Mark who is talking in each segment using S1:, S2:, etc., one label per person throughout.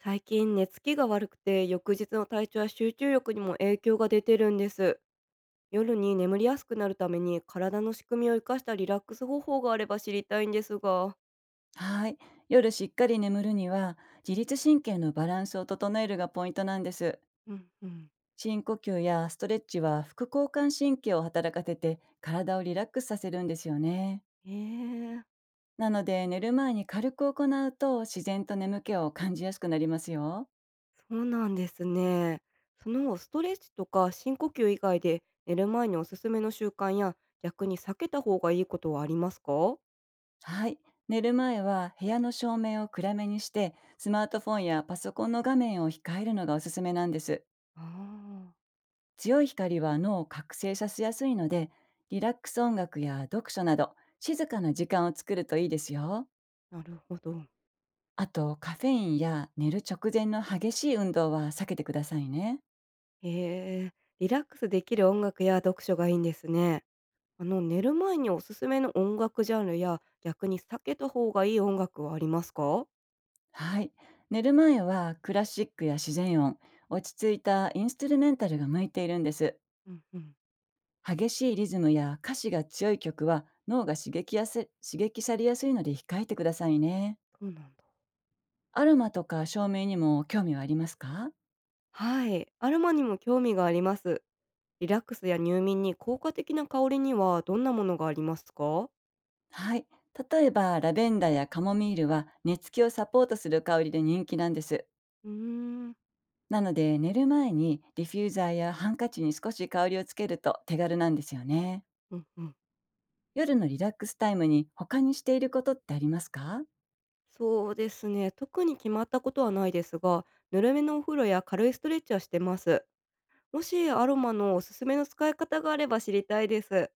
S1: 最近寝つきが悪くて翌日の体調や集中力にも影響が出てるんです。夜に眠りやすくなるために体の仕組みを生かしたリラックス方法があれば知りたいんですが。
S2: はい。夜しっかり眠るには、自律神経のバランスを整えるがポイントなんです。
S1: うんうん。
S2: 深呼吸やストレッチは副交感神経を働かせて体をリラックスさせるんですよね。
S1: えー。
S2: なので寝る前に軽く行うと自然と眠気を感じやすくなりますよ。
S1: そうなんですね。そのストレッチとか深呼吸以外で寝る前におすすめの習慣や、逆に避けた方がいいことはありますか？
S2: はい。寝る前は部屋の照明を暗めにしてスマートフォンやパソコンの画面を控えるのがおすすめなんです。
S1: ああ。
S2: 強い光は脳を覚醒させやすいので、リラックス音楽や読書など静かな時間を作るといいですよ。
S1: ーなるほど。
S2: あと、カフェインや寝る直前の激しい運動は避けてくださいね。
S1: へ。えー、リラックスできる音楽や読書がいいんですね。寝る前におすすめの音楽ジャンルや、逆に避けた方がいい音楽はありますか？
S2: はい。寝る前はクラシックや自然音、落ち着いたインストゥルメンタルが向いているんです。
S1: うんうん。
S2: 激しいリズムや歌詞が強い曲は脳が刺激されやすいので控えてくださいね。
S1: そうなんだ。
S2: アロマとか照明にも興味はありますか？
S1: はい、アロマにも興味があります。リラックスや入眠に効果的な香りにはどんなものがありますか？
S2: はい。例えば、ラベンダーやカモミールは寝つきをサポートする香りで人気なんです。
S1: うーん。
S2: なので、寝る前にディフューザーやハンカチに少し香りをつけると手軽なんですよね。
S1: うんうん。
S2: 夜のリラックスタイムに他にしていることってありますか？
S1: そうですね。特に決まったことはないですが、ぬるめのお風呂や軽いストレッチはしてます。もしアロマのおすすめの使い方があれば知りたいです。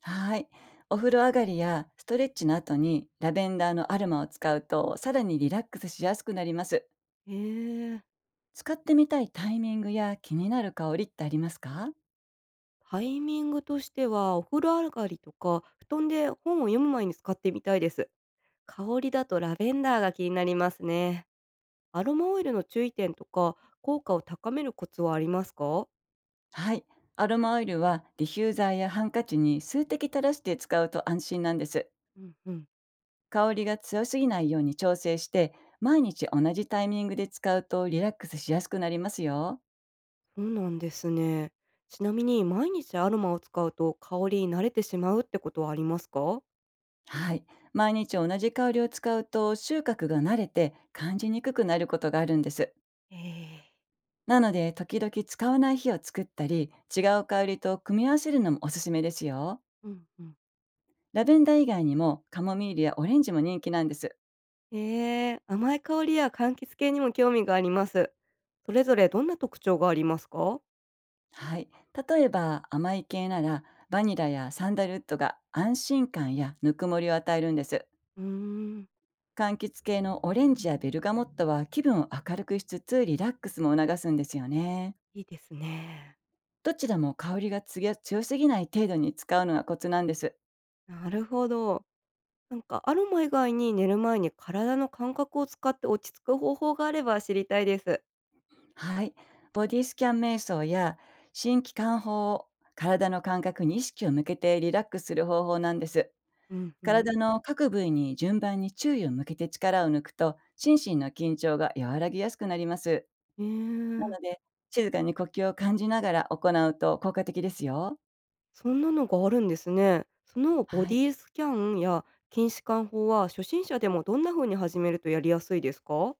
S2: はい。お風呂上がりやストレッチの後にラベンダーのアルマを使うとさらにリラックスしやすくなります。
S1: ええ。
S2: 使ってみたいタイミングや気になる香りってありますか？
S1: タイミングとしては、お風呂上がりとか、布団で本を読む前に使ってみたいです。香りだとラベンダーが気になりますね。アロマオイルの注意点とか、効果を高めるコツはありますか？
S2: はい。アロマオイルはディフューザーやハンカチに数滴垂らして使うと安心なんです。
S1: うんうん。
S2: 香りが強すぎないように調整して、毎日同じタイミングで使うとリラックスしやすくなりますよ。
S1: そうなんですね。ちなみに、毎日アロマを使うと香りに慣れてしまうってことはありますか？
S2: はい。毎日同じ香りを使うと収穫が慣れて感じにくくなることがあるんです。
S1: えー。
S2: なので、時々使わない日を作ったり、違う香りと組み合わせるのもおすすめですよ。
S1: うんうん。
S2: ラベンダー以外にもカモミールやオレンジも人気なんです。
S1: 甘い香りや柑橘系にも興味があります。それぞれどんな特徴がありますか？
S2: はい。例えば甘い系なら、バニラやサンダルウッドが安心感やぬくもりを与えるんです。
S1: うーん。
S2: 柑橘系のオレンジやベルガモットは気分を明るくしつつリラックスも促すんですよね。
S1: いいですね。
S2: どちらも香りが強すぎない程度に使うのがコツなんです。
S1: なるほど。なんかアロマ以外に寝る前に体の感覚を使って落ち着く方法があれば知りたいです。
S2: はい。ボディスキャン瞑想や新規感法を、体の感覚に意識を向けてリラックスする方法なんです。
S1: うんうん。
S2: 体の各部位に順番に注意を向けて力を抜くと、心身の緊張が和らぎやすくなります。
S1: へえ。
S2: なので、静かに呼吸を感じながら行うと効果的ですよ。
S1: そんなのがあるんですね。そのボ
S2: は
S1: デ
S2: い。
S1: ィスキャンや筋弛緩法は初心者でもどんな風に始めるとやりやすいですか？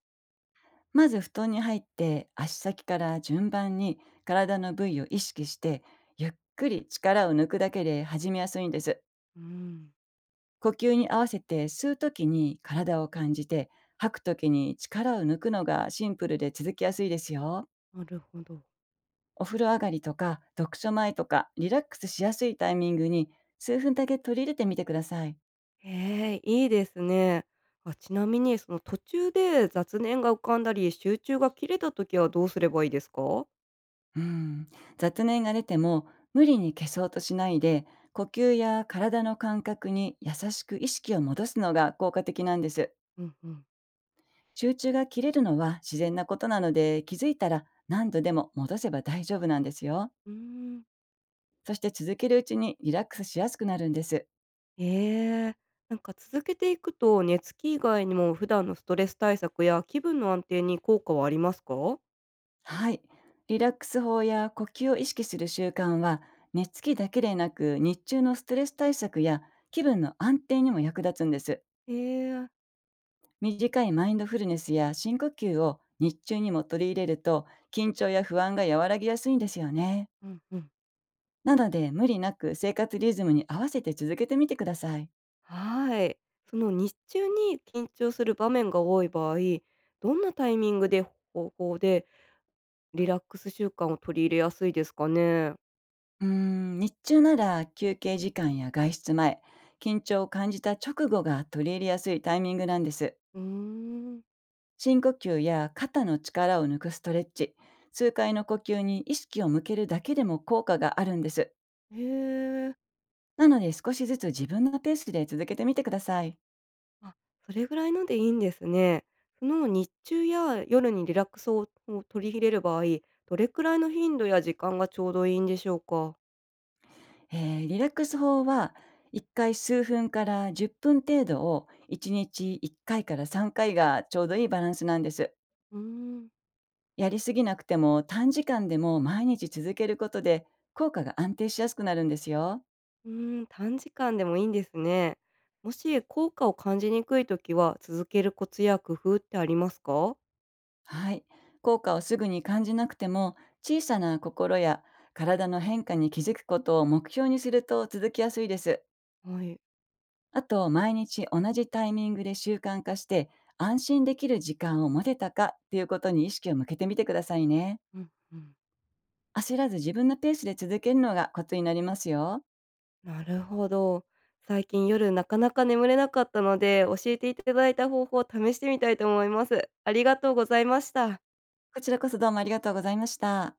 S2: まず布団に入って、足先から順番に体の部位を意識して、ゆっくり力を抜くだけで始めやすいんです。
S1: うん。
S2: 呼吸に合わせて吸うときに体を感じて、吐くときに力を抜くのがシンプルで続きやすいですよ。
S1: なるほど。
S2: お風呂上がりとか読書前とかリラックスしやすいタイミングに、数分だけ取り入れてみてください。
S1: へえ、いいですね。ちなみにその途中で雑念が浮かんだり集中が切れた時はどうすればいいですか？
S2: うん、雑念が出ても無理に消そうとしないで、呼吸や体の感覚に優しく意識を戻すのが効果的なんです。
S1: うんうん。
S2: 集中が切れるのは自然なことなので、気づいたら何度でも戻せば大丈夫なんですよ。
S1: うーん。
S2: そして続けるうちにリラックスしやすくなるんです。
S1: ええ。なんか続けていくと、寝つき以外にも普段のストレス対策や気分の安定に効果はありますか？
S2: はい。リラックス法や呼吸を意識する習慣は、寝つきだけでなく、日中のストレス対策や気分の安定にも役立つんです。
S1: ええ。
S2: 短いマインドフルネスや深呼吸を日中にも取り入れると、緊張や不安が和らぎやすいんですよね。
S1: うんうん。
S2: なので、無理なく生活リズムに合わせて続けてみてください。
S1: はい。その日中に緊張する場面が多い場合、どんなタイミングで、方法でリラックス習慣を取り入れやすいですかね？
S2: 日中なら休憩時間や外出前、緊張を感じた直後が取り入れやすいタイミングなんです。
S1: うーん。
S2: 深呼吸や肩の力を抜くストレッチ、数回の呼吸に意識を向けるだけでも効果があるんです。
S1: へえ。
S2: なので、少しずつ自分のペースで続けてみてください。
S1: あ、それぐらいのでいいんですね。その日中や夜にリラックスを取り入れる場合、どれくらいの頻度や時間がちょうどいいんでしょうか？
S2: リラックス法は、1回数分から10分程度を、1日1回から3回がちょうどいいバランスなんです。
S1: うーん。
S2: やりすぎなくても、短時間でも毎日続けることで効果が安定しやすくなるんですよ。
S1: うーん、短時間でもいいんですね。もし効果を感じにくいときは、続けるコツや工夫ってありますか？
S2: はい。効果をすぐに感じなくても、小さな心や体の変化に気づくことを目標にすると続きやすいです。
S1: はい。
S2: あと、毎日同じタイミングで習慣化して、安心できる時間を持てたかっていうことに意識を向けてみてくださいね。
S1: うんうん。
S2: 焦らず自分のペースで続けるのがコツになりますよ。
S1: なるほど。最近夜なかなか眠れなかったので、教えていただいた方法を試してみたいと思います。ありがとうございました。
S2: こちらこそ、どうもありがとうございました。